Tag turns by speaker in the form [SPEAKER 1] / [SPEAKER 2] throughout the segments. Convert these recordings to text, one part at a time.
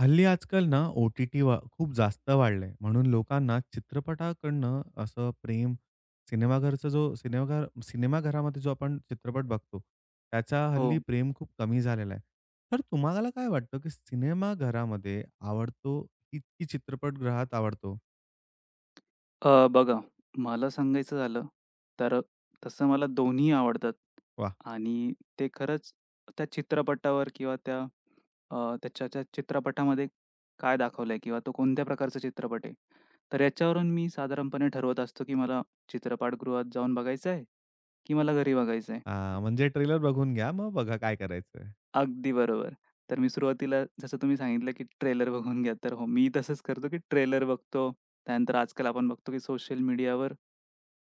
[SPEAKER 1] हल्ली आजकाल ना, ओ-टी-टी वा खूप जास्त वाढलंय. म्हणून लोकांना चित्रपटाकडनं असं प्रेम सिनेमाघरचा जो सिनेमाघर सिनेमाघरामध्ये जो आपण चित्रपट बघतो, त्याचा हल्ली
[SPEAKER 2] हो.
[SPEAKER 1] प्रेम खूप कमी झालेला आहे. तर तुम्हाला काय वाटतं, की सिनेमाघरामध्ये आवडतो की की चित्रपटगृहात आवडतो?
[SPEAKER 2] बघा, मला सांगायचं झालं तर तसं मला दोन्ही आवडतात
[SPEAKER 1] वाह!
[SPEAKER 2] आणि ते खरंच त्या चित्रपटावर किंवा त्याच्या त्या चित्रपटामध्ये काय दाखवलंय किंवा तो कोणत्या प्रकारचा चित्रपट आहे. तर याच्यावरून मी साधारणपणे ठरवत असतो, की मला चित्रपटगृहात जाऊन बघायचं आहे, की मला घरी बघायचं आहे.
[SPEAKER 1] हां, म्हणजे ट्रेलर बघून घ्या, मग बघा काय करायचंय.
[SPEAKER 2] अगदी बरोबर. तर मी सुरुवातीला जसं तुम्ही सांगितलं, की ट्रेलर बघून घ्या. तर हो, मी तसंच करतो, की ट्रेलर बघतो. त्यानंतर आजकाल आपण बघतो, की सोशल मीडियावर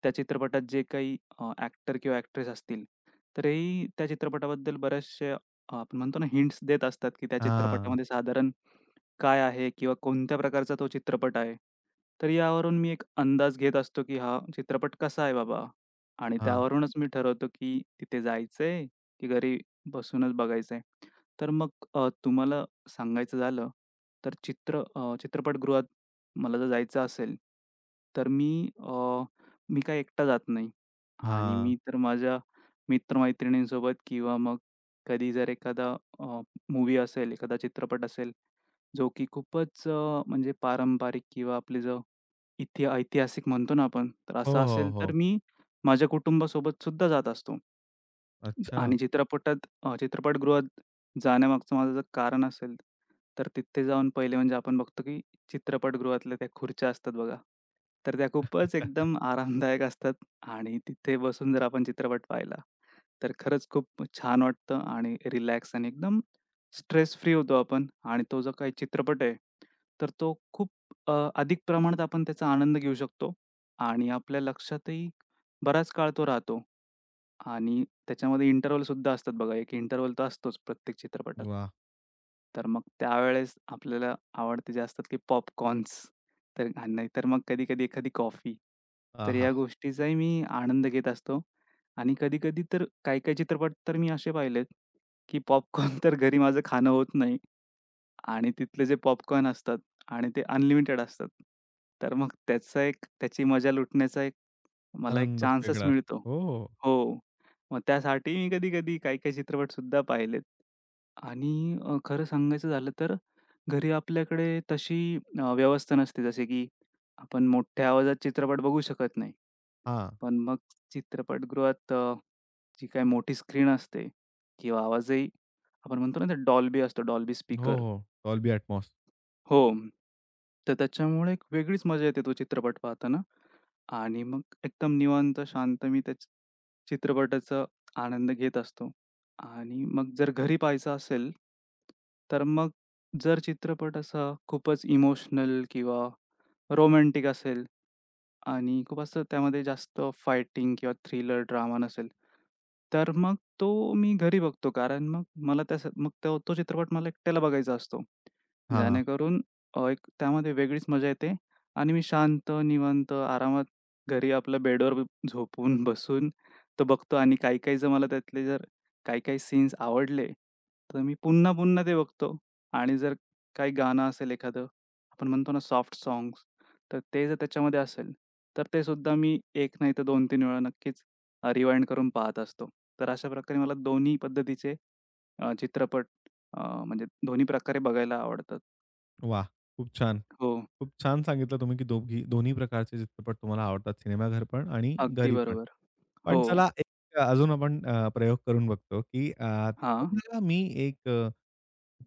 [SPEAKER 2] त्या चित्रपटात जे काही ॲक्टर किंवा ॲक्ट्रेस असतील, तरीही त्या चित्रपटाबद्दल बऱ्याचशा आपण म्हणतो ना, हिंट्स देत असतात, की त्या
[SPEAKER 1] हां,
[SPEAKER 2] चित्रपटामध्ये साधारण काय आहे किंवा कोणत्या प्रकारचा तो चित्रपट आहे. तर यावरून मी एक अंदाज घेत असतो, की हा चित्रपट कसा आहे बाबा आणि
[SPEAKER 1] हां,
[SPEAKER 2] त्यावरूनच मी ठरवतो, की तिथे जायचंय, की घरी बसूनच बघायचं आहे. तर मग तुम्हाला सांगायचं झालं, तर चित्रपटगृहात मला जर जायचं असेल, तर मी काही एकटा जात नाही आणि
[SPEAKER 1] हां.
[SPEAKER 2] मी तर माझ्या मित्र-मैत्रिणींसोबत किंवा मग कधी जर एखादा अ, मूव्ही असेल, एखादा चित्रपट असेल, जो की खूपच म्हणजे पारंपरिक किंवा आपले जो ऐतिहासिक म्हणतो ना आपण, तर
[SPEAKER 1] हो,
[SPEAKER 2] असं
[SPEAKER 1] हो,
[SPEAKER 2] असेल, तर
[SPEAKER 1] हो.
[SPEAKER 2] मी माझ्या कुटुंबासोबत सुद्धा जात असतो.
[SPEAKER 1] अच्छा.
[SPEAKER 2] आणि चित्रपटगृहात जाण्यामागचं माझं जर कारण असेल, तर तिथे जाऊन पहिले म्हणजे आपण बघतो, की चित्रपटगृहातल्या त्या खुर्च्या असतात बघा, तर त्या खूपच एकदम आरामदायक असतात आणि तिथे बसून जर आपण चित्रपट पाहिला, तर खरंच खूप छान वाटतं आणि रिलॅक्स आणि एकदम स्ट्रेस फ्री होतो आपण आणि तो जो काही चित्रपट आहे, तर तो खूप अधिक प्रमाणात आपण त्याचा आनंद घेऊ शकतो आणि आपल्या लक्षातही बराच काळ तो राहतो आणि त्याच्यामध्ये इंटरव्हलसुद्धा असतात बघा. एक इंटरव्हल तर असतोच प्रत्येक चित्रपटात.
[SPEAKER 1] वाह!
[SPEAKER 2] तर मग त्यावेळेस आपल्याला आवडते जे असतात की पॉपकॉर्न्स तर आणि नाहीतर मग कधी-कधी एखादी कॉफी. तर
[SPEAKER 1] आहा!
[SPEAKER 2] या गोष्टीचाही मी आनंद घेत असतो आणि कधी-कधी तर काही-काही चित्रपट तर मी असे पाहिलेत, की पॉपकॉर्न तर घरी माझं खाणं होत नाही आणि तिथले जे पॉपकॉर्न असतात आणि ते अनलिमिटेड असतात. तर मग त्याचा एक त्याची मजा लुटण्याचा मला एक
[SPEAKER 1] आनंदच
[SPEAKER 2] चान्सच
[SPEAKER 1] वेगळा असतो.
[SPEAKER 2] मिळतो.
[SPEAKER 1] हो, हो.
[SPEAKER 2] हो. मग त्यासाठी मी कधी-कधी काही-काही चित्रपटसुद्धा पाहिलेत. आणि खरं सांगायचं झालं तर घरी आपल्याकडे तशी व्यवस्था नसते जसे की आपण मोठ्या आवाजात चित्रपट बघू शकत नाही.
[SPEAKER 1] हां.
[SPEAKER 2] पण मग चित्रपटगृहात जी काही मोठी स्क्रीन असते किंवा आवाजही आपण म्हणतो ना ते डॉल्बी असतो, डॉल्बी
[SPEAKER 1] हो,
[SPEAKER 2] स्पीकर.
[SPEAKER 1] हो. Dolby Atmos.
[SPEAKER 2] हो. तर त्याच्यामुळे एक वेगळीच मजा येते तो चित्रपट पाहताना. आणि मग एकदम निवांत शांत मी त्या चित्रपटाचा आनंद घेत असतो. आणि मग जर घरी पाहायचा असेल, तर मग जर चित्रपट असा खूपच इमोशनल किंवा रोमॅन्टिक असेल, आणि खूप असं त्यामध्ये जास्त फायटिंग किंवा थ्रिलर, ड्रामा नसेल, तर मग तो मी घरी बघतो. कारण मग मला त्यास मग तो तो चित्रपट मला एकट्याला बघायचा असतो.
[SPEAKER 1] हां,
[SPEAKER 2] जेणेकरून एक त्यामध्ये वेगळीच मजा येते आणि मी शांत, निवांत, आरामात घरी आपल्या बेडवर झोपून, बसून तो बघतो आणि काही-काही जर मला त्यातले काही-काही सीन्स आवडले, तर मी पुन्हा-पुन्हा ते बघतो आणि जर काही गाणं असेल एखादं, आपण म्हणतो ना सॉफ्ट साँग्स, तर ते जर त्याच्यामध्ये असेल, तर ते सुद्धा मी एक नाही तर 2-3 वेळा नक्कीच रिवाइंड करून पाहत असतो. तर अशा प्रकारे मला दोन्ही पद्धतीचे चित्रपट म्हणजे दोन्ही प्रकारे बघायला आवडतात.
[SPEAKER 1] वाह! खूप छान.
[SPEAKER 2] हो.
[SPEAKER 1] खूप छान सांगितलं तुम्ही, की दोघी दोन्ही प्रकारचे चित्रपट तुम्हाला आवडतात. सिनेमाघर पण आणि
[SPEAKER 2] अगदी
[SPEAKER 1] घरी पण.
[SPEAKER 2] बरोबर.
[SPEAKER 1] पण
[SPEAKER 2] हो.
[SPEAKER 1] चला एक अजून आपण प्रयोग करून बघतो, की
[SPEAKER 2] हां.
[SPEAKER 1] तुम्हाला मी एक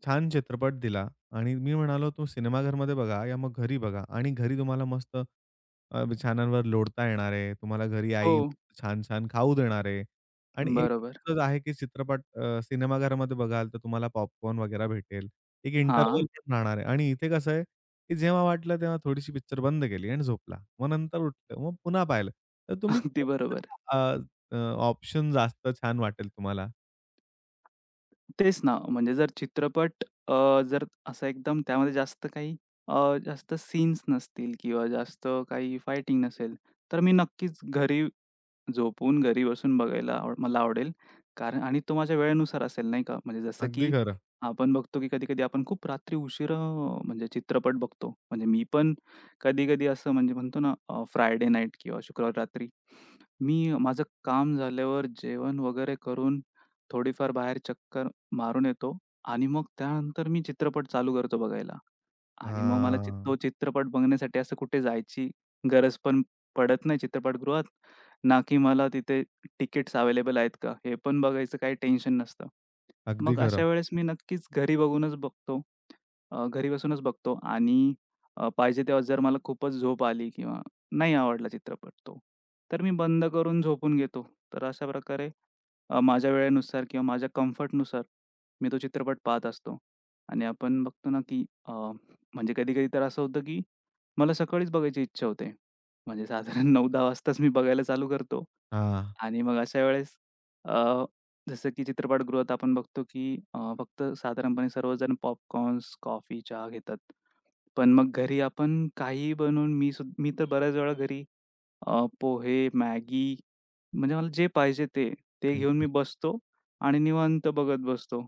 [SPEAKER 1] छान चित्रपट दिला आणि मी म्हणालो, "तो सिनेमाघरमध्ये बघा या मग घरी बघा." आणि घरी तुम्हाला मस्त बिछान्यांवर लोळता येणार आहे. तुम्हाला घरी
[SPEAKER 2] हो.
[SPEAKER 1] आई छान-छान खाऊ देणार आहे. आणि एक
[SPEAKER 2] बरोबर.
[SPEAKER 1] असंच आहे, की चित्रपट सिनेमाघरामध्ये बघाल, तर तुम्हाला पॉपकॉर्न वगैरे भेटेल. एक
[SPEAKER 2] हां.
[SPEAKER 1] इंटरव्हल पण राहणार आहे आणि इथे कसं आहे, की जेव्हा वाटलं तेव्हा थोडीशी पिक्चर बंद केली आणि झोपला. मग नंतर उठलं, मग पुन्हा पाहिलं. तर तुम्ही
[SPEAKER 2] अगदी
[SPEAKER 1] कोणता
[SPEAKER 2] बरोबर.
[SPEAKER 1] अ, अ, ऑप्शन जास्त छान वाटेल तुम्हाला?
[SPEAKER 2] तेच ना, म्हणजे जर चित्रपट जर असा एकदम त्यामध्ये जास्त काही जास्त सीन्स नसतील किंवा जास्त काही फायटिंग नसेल, तर मी नक्कीच घरी झोपून घरी बसून बघायला मला आवडेल. कारण आणि तो माझ्या वेळेनुसार असेल नाही का? म्हणजे जसं
[SPEAKER 1] अगदी
[SPEAKER 2] की
[SPEAKER 1] खरं.
[SPEAKER 2] आपण बघतो की कधी-कधी आपण खूप रात्री उशिरा म्हणजे चित्रपट बघतो. म्हणजे मी पण कधी-कधी असं म्हणजे म्हणतो ना फ्रायडे नाईट किंवा शुक्रवार रात्री मी माझं काम झाल्यावर जेवण वगैरे करून थोडीफार बाहेर चक्कर मारून येतो आणि मग त्यानंतर मी चित्रपट चालू करतो बघायला. आणि मग मला
[SPEAKER 1] हां.
[SPEAKER 2] तो चित्रपट बघण्यासाठी असं कुठे जायची गरज पण पडत नाही चित्रपटगृहात. ना की मला तिथे तिकीट्स अवेलेबल आहेत का? हे पण बघायचं काही टेन्शन नसतं.
[SPEAKER 1] अगदी
[SPEAKER 2] मग
[SPEAKER 1] खरं.
[SPEAKER 2] अशा वेळेस मी नक्कीच घरी बघूनच बघतो. घरी बसूनच बघतो आणि पाहिजे तेव्हा जर मला खूपच झोप आली किंवा नाही आवडला चित्रपट तो, तर मी बंद करून झोपून घेतो. तर अशा प्रकारे माझ्या वेळेनुसार किंवा माझ्या कम्फर्टनुसार मी तो चित्रपट पाहत असतो. आणि आपण बघतो ना, की म्हणजे कधी-कधी तर असं होतं, की मला सकाळीच बघायची इच्छा होते. म्हणजे साधारण 9-10 वाजताच मी बघायला चालू करतो.
[SPEAKER 1] हां.
[SPEAKER 2] आणि मग अशा वेळेस अ, जसं की चित्रपटगृहात आपण बघतो, की फक्त साधारणपणे सर्वजण पॉपकॉर्न्स, कॉफी, चहा घेतात. पण मग घरी आपण काहीही बनवून मी तर बऱ्याच वेळा घरी पोहे, मॅगी म्हणजे मला जे पाहिजे ते, ते घेऊन
[SPEAKER 1] अगदी.
[SPEAKER 2] मी बसतो आणि निवांत बघत बसतो.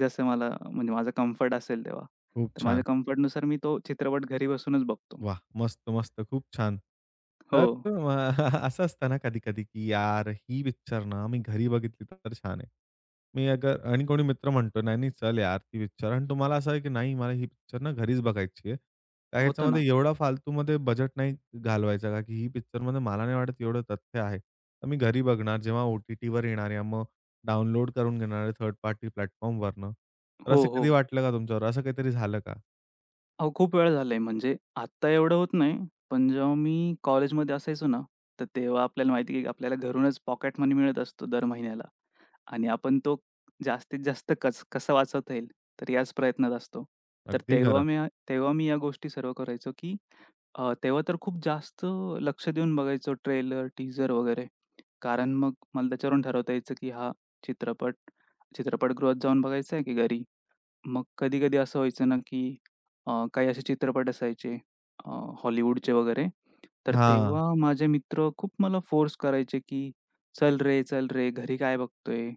[SPEAKER 2] जसं मला म्हणजे माझा कम्फर्ट असेल तेव्हा.
[SPEAKER 1] खूप
[SPEAKER 2] तर माझ्या
[SPEAKER 1] छान.
[SPEAKER 2] कम्फर्टनुसार मी तो चित्रपट घरी बसूनच बघतो.
[SPEAKER 1] वाह! मस्त, मस्त. खूप छान.
[SPEAKER 2] हो,
[SPEAKER 1] तर असं असतं ना कधी-कधी, की यार ही पिक्चर ना मी घरी बघितली तर छान आहे. मी अगर आणि कोणी मित्र म्हणतो, "नाही, नाही, चल यार ती पिक्चर" आणि तुम्हाला असं आहे, की "नाही, मला ही पिक्चर ना घरीच बघायची आहे." का
[SPEAKER 2] होतं ना.
[SPEAKER 1] ह्याच्यामध्ये एवढा फालतूमध्ये बजेट नाही घालवायचा का, की ही पिक्चरमध्ये मला नाही वाटत एवढं तथ्य आहे. तर मी घरी बघणार, जेव्हा ओ-टी-टीवर येणार आहे, मग डाउनलोड करून घेणार आहे थर्ड पार्टी प्लॅटफॉर्मवरनं. तर असं
[SPEAKER 2] हो,
[SPEAKER 1] कधी
[SPEAKER 2] हो.
[SPEAKER 1] वाटलं का तुमच्यावर? असं काहीतरी झालं का?
[SPEAKER 2] अहो, खूप वेळा झालंय म्हणजे आत्ता एवढं होत नाही, पण जेव्हा मी कॉलेजमध्ये असायचो ना, तर तेव्हा आपल्याला माहिती की आपल्याला घरूनच पॉकेट मनी मिळत असतो दर महिन्याला. आणि आपण तो जास्तीत जास्त कसा वाचवता येईल, तर याच प्रयत्नात असतो. तर
[SPEAKER 1] अगदी खरं.
[SPEAKER 2] तेव्हा मी या गोष्टी सर्व करायचो, की तेव्हा तर खूप जास्त लक्ष देऊन बघायचो ट्रेलर, टीजर वगैरे. कारण मग मला त्याच्यावरून ठरवता यायचं, की हा चित्रपट चित्रपटगृहात जाऊन बघायचा आहे की घरी? मग कधी-कधी असं व्हायचं ना, की काही असे चित्रपट असायचे अ, हॉलिवूडचे वगैरे, तर
[SPEAKER 1] हां.
[SPEAKER 2] तेव्हा माझे मित्र खूप मला फोर्स करायचे, की "चल रे, चल रे, घरी काय बघतोय?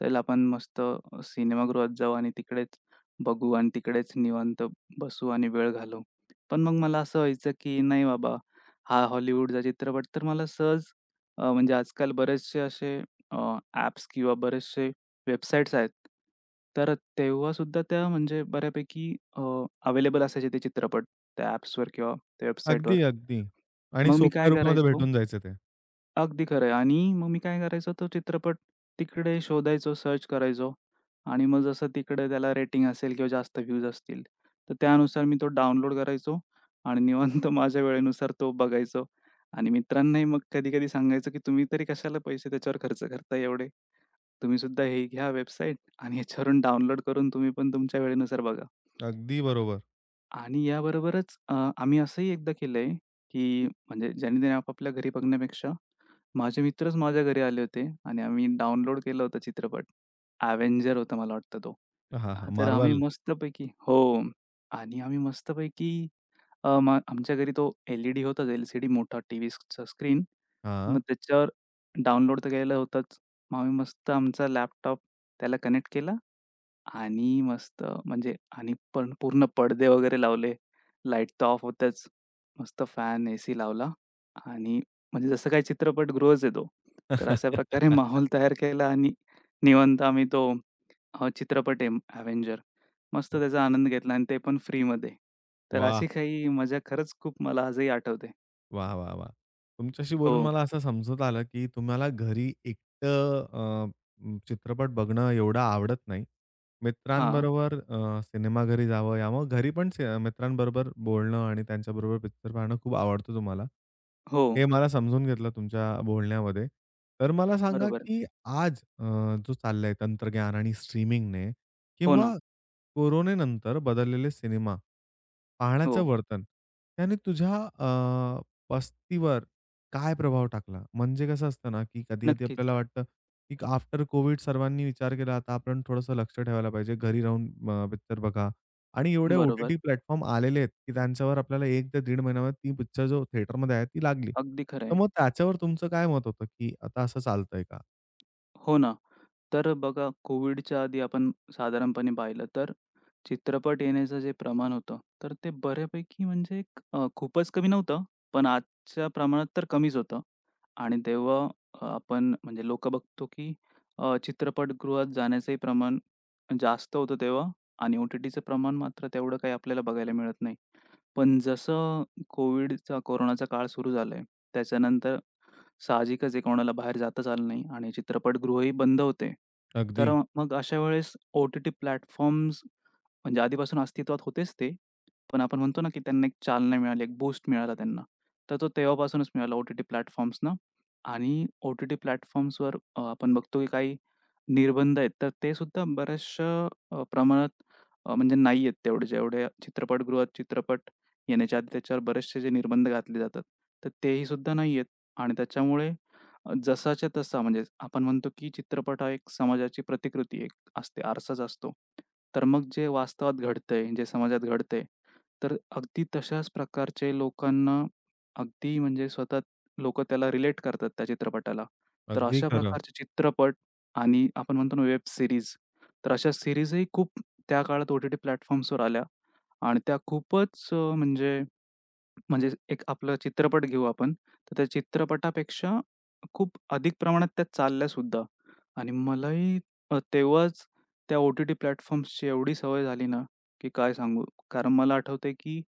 [SPEAKER 2] चल आपण मस्त सिनेमागृहात जाऊ आणि तिकडेच बघू आणि तिकडेच निवांत बसू आणि वेळ घालवू." पण मग मला असं व्हायचं, की "नाही बाबा, हा हॉलिवूडचा चित्रपट." तर मला सहज म्हणजे आजकाल बरेचसे असे ॲप्स किंवा बरेचसे वेबसाईट्स आहेत. तर तेव्हा सुद्धा त्या म्हणजे बऱ्यापैकी अ, अवेलेबल असायचे ते चित्रपट त्या ॲप्सवर किंवा त्या वेबसाईटवर.
[SPEAKER 1] अगदी, अगदी. आणि
[SPEAKER 2] मग मी
[SPEAKER 1] सोप्या
[SPEAKER 2] काय
[SPEAKER 1] रूपामध्ये
[SPEAKER 2] करायचो
[SPEAKER 1] भेटून जायचे ते.
[SPEAKER 2] मग मी काय करायचो तो चित्रपट तिकडे शोधायचो, सर्च करायचो आणि मग जसं तिकडे त्याला रेटिंग असेल किंवा जास्त व्ह्यूज असतील, तर त्यानुसार मी तो डाउनलोड करायचो आणि निवांत माझ्या वेळेनुसार तो बघायचो आणि मित्रांनाही मग कधी-कधी सांगायचो, की "तुम्ही तरी कशाला पैसे त्याच्यावर खर्च करताय एवढे? तुम्ही सुद्धा हे घ्या वेबसाईट आणि ह्याच्यावरून डाउनलोड करून तुम्ही पण तुमच्या वेळेनुसार बघा."
[SPEAKER 1] अगदी बरोबर.
[SPEAKER 2] आणि याबरोबरच आम्ही असंही एकदा केलंय, की म्हणजे ज्यानी-त्यानी आपापल्या घरी बघण्यापेक्षा माझे मित्रच माझ्या घरी आले होते आणि आम्ही डाउनलोड केला होता चित्रपट. Avenger होता मला वाटतं तो.
[SPEAKER 1] हां, हां.
[SPEAKER 2] हां, तर आम्ही
[SPEAKER 1] मार्वल.
[SPEAKER 2] मस्तपैकी हो. आणि आम्ही मस्तपैकी मग आमच्या घरी तो एल-ई-डी होताच, एल सी स्क्रीन.
[SPEAKER 1] हां.
[SPEAKER 2] मग त्याच्यावर डाउनलोड तर केलेलं होताच. मग आम्ही मस्त आमचा लॅपटॉप त्याला कनेक्ट केला आणि मस्त म्हणजे आणि पण पूर्ण पडदे वगैरे लावले. लाईट तर ऑफ होत्याच. मस्त फॅन, एसी लावला आणि म्हणजे जसं काही चित्रपटगृहच आहे तो. तर अशा प्रकारे माहोल तयार केला आणि निवांत आम्ही तो चित्रपट आहे Avenger मस्त त्याचा आनंद घेतला आणि ते पण फ्रीमध्ये. तर
[SPEAKER 1] वाह!
[SPEAKER 2] अशी काही मजा खरंच खूप मला आजही आठवते.
[SPEAKER 1] वाह, वाह, वाह! तुमच्याशी
[SPEAKER 2] हो.
[SPEAKER 1] बोलून मला असं समजत आलं, की तुम्हाला घरी एकटं चित्रपट बघणं एवढं आवडत नाही.
[SPEAKER 2] हां.
[SPEAKER 1] मित्रांबरोबर सिनेमाघरी जावं, या मग घरी पण स मित्रांबरोबर बोलणं आणि त्यांच्याबरोबर पिक्चर पाहणं खूप आवडतं तुम्हाला.
[SPEAKER 2] हो.
[SPEAKER 1] हे मला समजून घेतलं तुमच्या बोलण्यामध्ये. तर मला सांगा,
[SPEAKER 2] बरोबर.
[SPEAKER 1] की आज अ, जो चाललाय तंत्रज्ञान आणि स्ट्रीमिंगने
[SPEAKER 2] हो
[SPEAKER 1] किंवा
[SPEAKER 2] ना.
[SPEAKER 1] कोरोनेनंतर बदललेले सिनेमा, पाहण्याचं
[SPEAKER 2] हो.
[SPEAKER 1] वर्तन, त्याने तुझ्या पस्तीवर काय प्रभाव टाकला? म्हणजे कसं असतं ना, की कधी-कधी आपल्याला
[SPEAKER 2] नक्कीच.
[SPEAKER 1] वाटतं, की आफ्टर कोविड सर्वांनी विचार केला, आता आपण थोडंसं लक्ष ठेवायला पाहिजे. घरी राहून पिक्चर बघा आणि एवढे
[SPEAKER 2] बरोबर.
[SPEAKER 1] ओ-टी-टी प्लॅटफॉर्म आलेले आहेत, की त्यांच्यावर आपल्याला 1 ते दीड महिन्यामध्ये ती पिक्चर जो थिएटरमध्ये आहे, ती लागली.
[SPEAKER 2] अगदी खरं
[SPEAKER 1] तर
[SPEAKER 2] आहे.
[SPEAKER 1] मग त्याच्यावर तुमचं काय मत होतं, की आता असं चालतंय का?
[SPEAKER 2] हो ना. तर बघा, कोविडच्या आधी आपण साधारणपणे पाहिलं तर चित्रपट येण्याचं जे प्रमाण होतं, तर ते बऱ्यापैकी म्हणजे एक खूपच कमी नव्हतं, पण आजच्या प्रमाणात तर कमीच होतं. आणि तेव्हा आपण म्हणजे लोकं बघतो की चित्रपटगृहात जाण्याचंही प्रमाण जास्त होतं तेव्हा आणि ओ-टी-टीचं प्रमाण मात्र तेवढं काही आपल्याला बघायला मिळत नाही. पण जसं कोरोनाचा काळ सुरू झालाय, त्याच्यानंतर साहजिकच आहे कोणाला बाहेर जाताच आलं नाही आणि चित्रपटगृहही बंद होते.
[SPEAKER 1] अगदी,
[SPEAKER 2] तर मग अशा वेळेस ओ-टी-टी प्लॅटफॉर्म्स म्हणजे आधीपासून अस्तित्वात होतेच ते. पण आपण म्हणतो ना, की त्यांना एक चालना मिळाली, एक बूस्ट मिळाला त्यांना. तर तो तेव्हापासूनच मिळाला ओ-टी-टी प्लॅटफॉर्म्सना आणि ओ-टी-टी प्लॅटफॉर्म्सवर आपण बघतो की काही निर्बंध आहेत. तर ते सुद्धा बऱ्याचशा प्रमाणात म्हणजे नाही आहेत तेवढे, जेवढे चित्रपटगृहात चित्रपट येण्याच्या आधी त्याच्यावर बरेचसे जे निर्बंध घातले जातात, तर तेही सुद्धा नाही आहेत आणि त्याच्यामुळे जसाच्या तसा म्हणजे आपण म्हणतो की चित्रपट हा एक समाजाची प्रतिकृती असते, आरसाच असतो. तर मग जे वास्तवात घडतंय, जे समाजात घडतंय, तर अगदी तशाच प्रकारचे लोकांना अगदी म्हणजे स्वतः लोकं त्याला रिलेट करतात त्या चित्रपटाला. तर
[SPEAKER 1] अगदी
[SPEAKER 2] अशा
[SPEAKER 1] खरं.
[SPEAKER 2] प्रकारचे चित्रपट आणि आपण म्हणतो ना वेब सीरीज, तर अशा सीरीजही खूप त्या काळात ओ-टी-टी प्लॅटफॉर्म्सवर आल्या आणि त्या खूपच अ, म्हणजे म्हणजे एक आपलं चित्रपट घेऊ आपण, तर त्या चित्रपटापेक्षा खूप अधिक प्रमाणात त्या चालल्यासुद्धा आणि मलाही तेव्हाच त्या ओ-टी-टी प्लॅटफॉर्म्सची एवढी सवय झाली ना, की काय सांगू? कारण मला आठवतंय की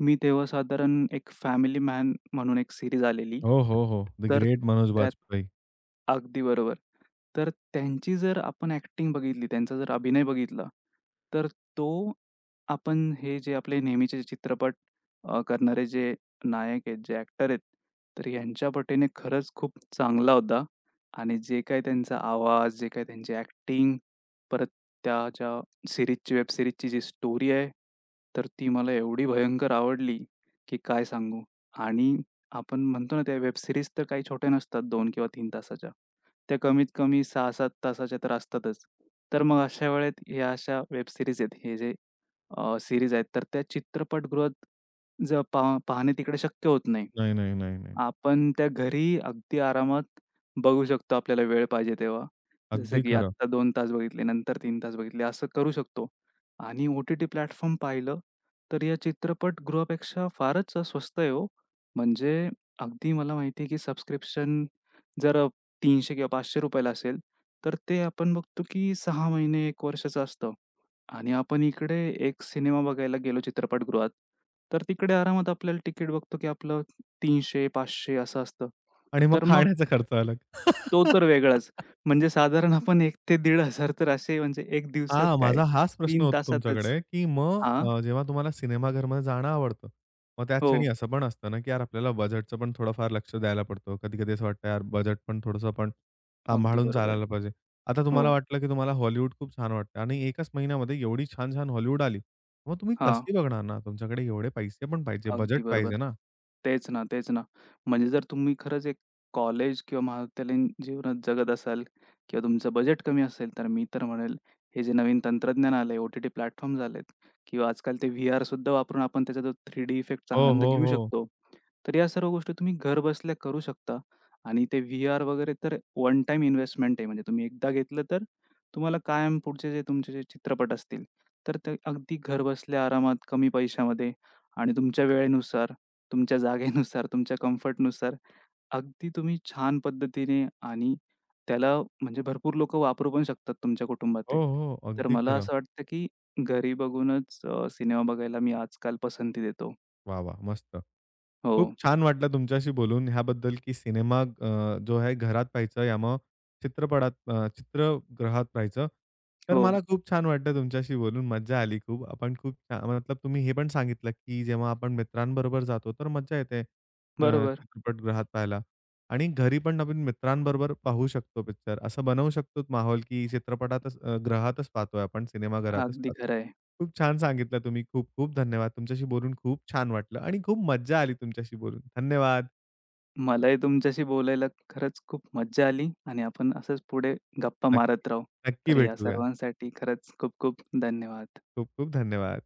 [SPEAKER 2] मी तेव्हा साधारण एक फॅमिली मॅन म्हणून एक सीरीज आलेली.
[SPEAKER 1] हो, हो, हो. द
[SPEAKER 2] तर
[SPEAKER 1] ग्रेट मनोज
[SPEAKER 2] त्यात
[SPEAKER 1] बाजपेयी.
[SPEAKER 2] अगदी बरोबर. तर त्यांची जर आपण ॲक्टिंग बघितली, त्यांचा जर अभिनय बघितला, तर तो आपण हे जे आपले नेहमीचे चित्रपट करणारे जे नायक आहेत, जे ॲक्टर आहेत, तर यांच्या पटीने खरंच खूप चांगला होता आणि जे काही त्यांचा आवाज, जे काही त्यांची ॲक्टिंग, परत त्या ज्या सीरीजची, वेब सीरीजची जी स्टोरी आहे, तर ती मला एवढी भयंकर आवडली की काय सांगू. आणि आपण म्हणतो ना, त्या वेब सीरीज तर काही छोट्या नसतात 2 किंवा 3 तासाच्या. त्या कमीत कमी 6-7 तासाच्या तर असतातच. तर मग अशा वेळेत या अशा वेब सीरीज आहेत, हे जे सीरीज आहेत, तर त्या चित्रपटगृहात जर पाहणे तिकडे शक्य होत नाही.
[SPEAKER 1] नाही, नाही, नाही, नाही.
[SPEAKER 2] आपण त्या घरी अगदी आरामात बघू शकतो आपल्याला वेळ पाहिजे तेव्हा. जसं
[SPEAKER 1] अगदी
[SPEAKER 2] की
[SPEAKER 1] खरं.
[SPEAKER 2] आत्ता 2 तास बघितले, नंतर तीन तास बघितले असं करू शकतो. आणि ओ-टी-टी प्लॅटफॉर्म पाहिलं, तर या चित्रपटगृहापेक्षा फारच स्वस्त आहे हो. म्हणजे अगदी मला माहिती आहे की सबस्क्रिप्शन जर ₹300 किंवा ₹500 ला असेल, तर ते आपण बघतो की 6 महिने, 1 वर्षाचं असतं. आणि आपण इकडे एक सिनेमा बघायला गेलो चित्रपटगृहात, तर तिकडे आरामात आपल्याला तिकीट बघतो की आपलं 300-500 असं असतं.
[SPEAKER 1] आणि मग
[SPEAKER 2] तर मग
[SPEAKER 1] खाण्याचा खर्च अलग.
[SPEAKER 2] तो तर वेगळाच. म्हणजे साधारण आपण एक ते 1,500 तर असे म्हणजे एक दिवसात
[SPEAKER 1] हां,
[SPEAKER 2] काय
[SPEAKER 1] माझा हाच प्रश्न
[SPEAKER 2] तीन
[SPEAKER 1] होता
[SPEAKER 2] तासातच
[SPEAKER 1] तुमच्याकडे, की मग
[SPEAKER 2] हां.
[SPEAKER 1] जेव्हा तुम्हाला सिनेमाघरमध्ये जाणं आवडतं, मग त्याच
[SPEAKER 2] हो.
[SPEAKER 1] क्षणी असं पण असतं ना, की यार आपल्याला बजेटचं पण थोडंफार लक्ष द्यायला पडतं. कधी-कधी असं वाटतं यार बजेट पण थोडंसं आपण
[SPEAKER 2] अगदी
[SPEAKER 1] सांभाळून
[SPEAKER 2] बरोबर.
[SPEAKER 1] चालायला पाहिजे. आता
[SPEAKER 2] हो.
[SPEAKER 1] तुम्हाला वाटलं, की तुम्हाला हॉलिवूड खूप छान वाटतं आणि एकाच महिन्यामध्ये एवढी छान-छान हॉलिवूड आली. मग तुम्ही
[SPEAKER 2] हां.
[SPEAKER 1] कशी बघणार ना? तुमच्याकडे एवढे पैसे पण पाहिजे, बजेट
[SPEAKER 2] अगदी बरोबर.
[SPEAKER 1] पाहिजे ना.
[SPEAKER 2] तेच ना, तेच ना. म्हणजे जर तुम्ही खरंच एक कॉलेज किंवा महाविद्यालयीन जीवनात जगत असाल किंवा तुमचं बजेट कमी असेल, तर मी तर म्हणेल हे जे नवीन तंत्रज्ञान आलंय, ओ-टी-टी प्लॅटफॉर्म्स आलेत किंवा आजकाल ते व्हीआरसुद्धा वापरून आपण त्याचा जो 3D इफेक्टचा
[SPEAKER 1] हो,
[SPEAKER 2] आनंद
[SPEAKER 1] हो,
[SPEAKER 2] घेऊ
[SPEAKER 1] हो.
[SPEAKER 2] शकतो. तर या सर्व गोष्टी तुम्ही घरबसल्या करू शकता आणि ते व्ही आर वगैरे तर वन टाइम इन्व्हेस्टमेंट आहे. म्हणजे तुम्ही एकदा घेतलं तर तुम्हाला कायम पुढचे जे तुमचे चित्रपट असतील, तर ते अगदी घरबसल्या आरामात कमी पैशामध्ये आणि तुमच्या वेळेनुसार, तुमच्या जागेनुसार, तुमच्या कम्फर्टनुसार अगदी तुम्ही छान पद्धतीने आणि त्याला म्हणजे भरपूर लोकं वापरू पण शकतात तुमच्या
[SPEAKER 1] हो,
[SPEAKER 2] कुटुंबातील.
[SPEAKER 1] हो.
[SPEAKER 2] तर
[SPEAKER 1] अगदी
[SPEAKER 2] मला
[SPEAKER 1] खरं.
[SPEAKER 2] असं वाटतं, की घरी बघूनच सिनेमा बघायला मी आजकाल पसंती देतो.
[SPEAKER 1] वाह, वाह! मस्त.
[SPEAKER 2] हो,
[SPEAKER 1] खूप छान वाटलं तुमच्याशी बोलून ह्याबद्दल, की सिनेमा जो आहे घरात पाहायचा या मग चित्रपटात चित्रगृहात पाहायचं. तर
[SPEAKER 2] हो.
[SPEAKER 1] मला खूप छान वाटलं तुमच्याशी बोलून, मज्जा आली खूप. आपण खूप छा मतलब तुम्ही हे पण सांगितलं, की जेव्हा आपण मित्रांबरोबर जातो, तर मज्जा येते
[SPEAKER 2] बरोबर.
[SPEAKER 1] चित्रपटगृहात पाहायला. आणि घरी पण आपण मित्रांबरोबर पाहू शकतो पिक्चर. असं बनवू शकतो माहोल, की चित्रपटातच गृहातच पाहतोय आपण, सिनेमाघरातच
[SPEAKER 2] अगदी
[SPEAKER 1] पाहतोय.
[SPEAKER 2] खरं आहे.
[SPEAKER 1] खूप छान सांगितलं तुम्ही. खूप खूप धन्यवाद. तुमच्याशी बोलून खूप छान वाटलं आणि खूप मज्जा आली तुमच्याशी बोलून. धन्यवाद.
[SPEAKER 2] मलाही तुमच्याशी बोलायला खरंच खूप मज्जा आली आणि आपण असंच पुढे गप्पा
[SPEAKER 1] नक्की,
[SPEAKER 2] मारत राहू.
[SPEAKER 1] नक्की
[SPEAKER 2] तर या
[SPEAKER 1] भेटूया.
[SPEAKER 2] सर्वांसाठी खरंच खूप खूप धन्यवाद.
[SPEAKER 1] खूप खूप धन्यवाद.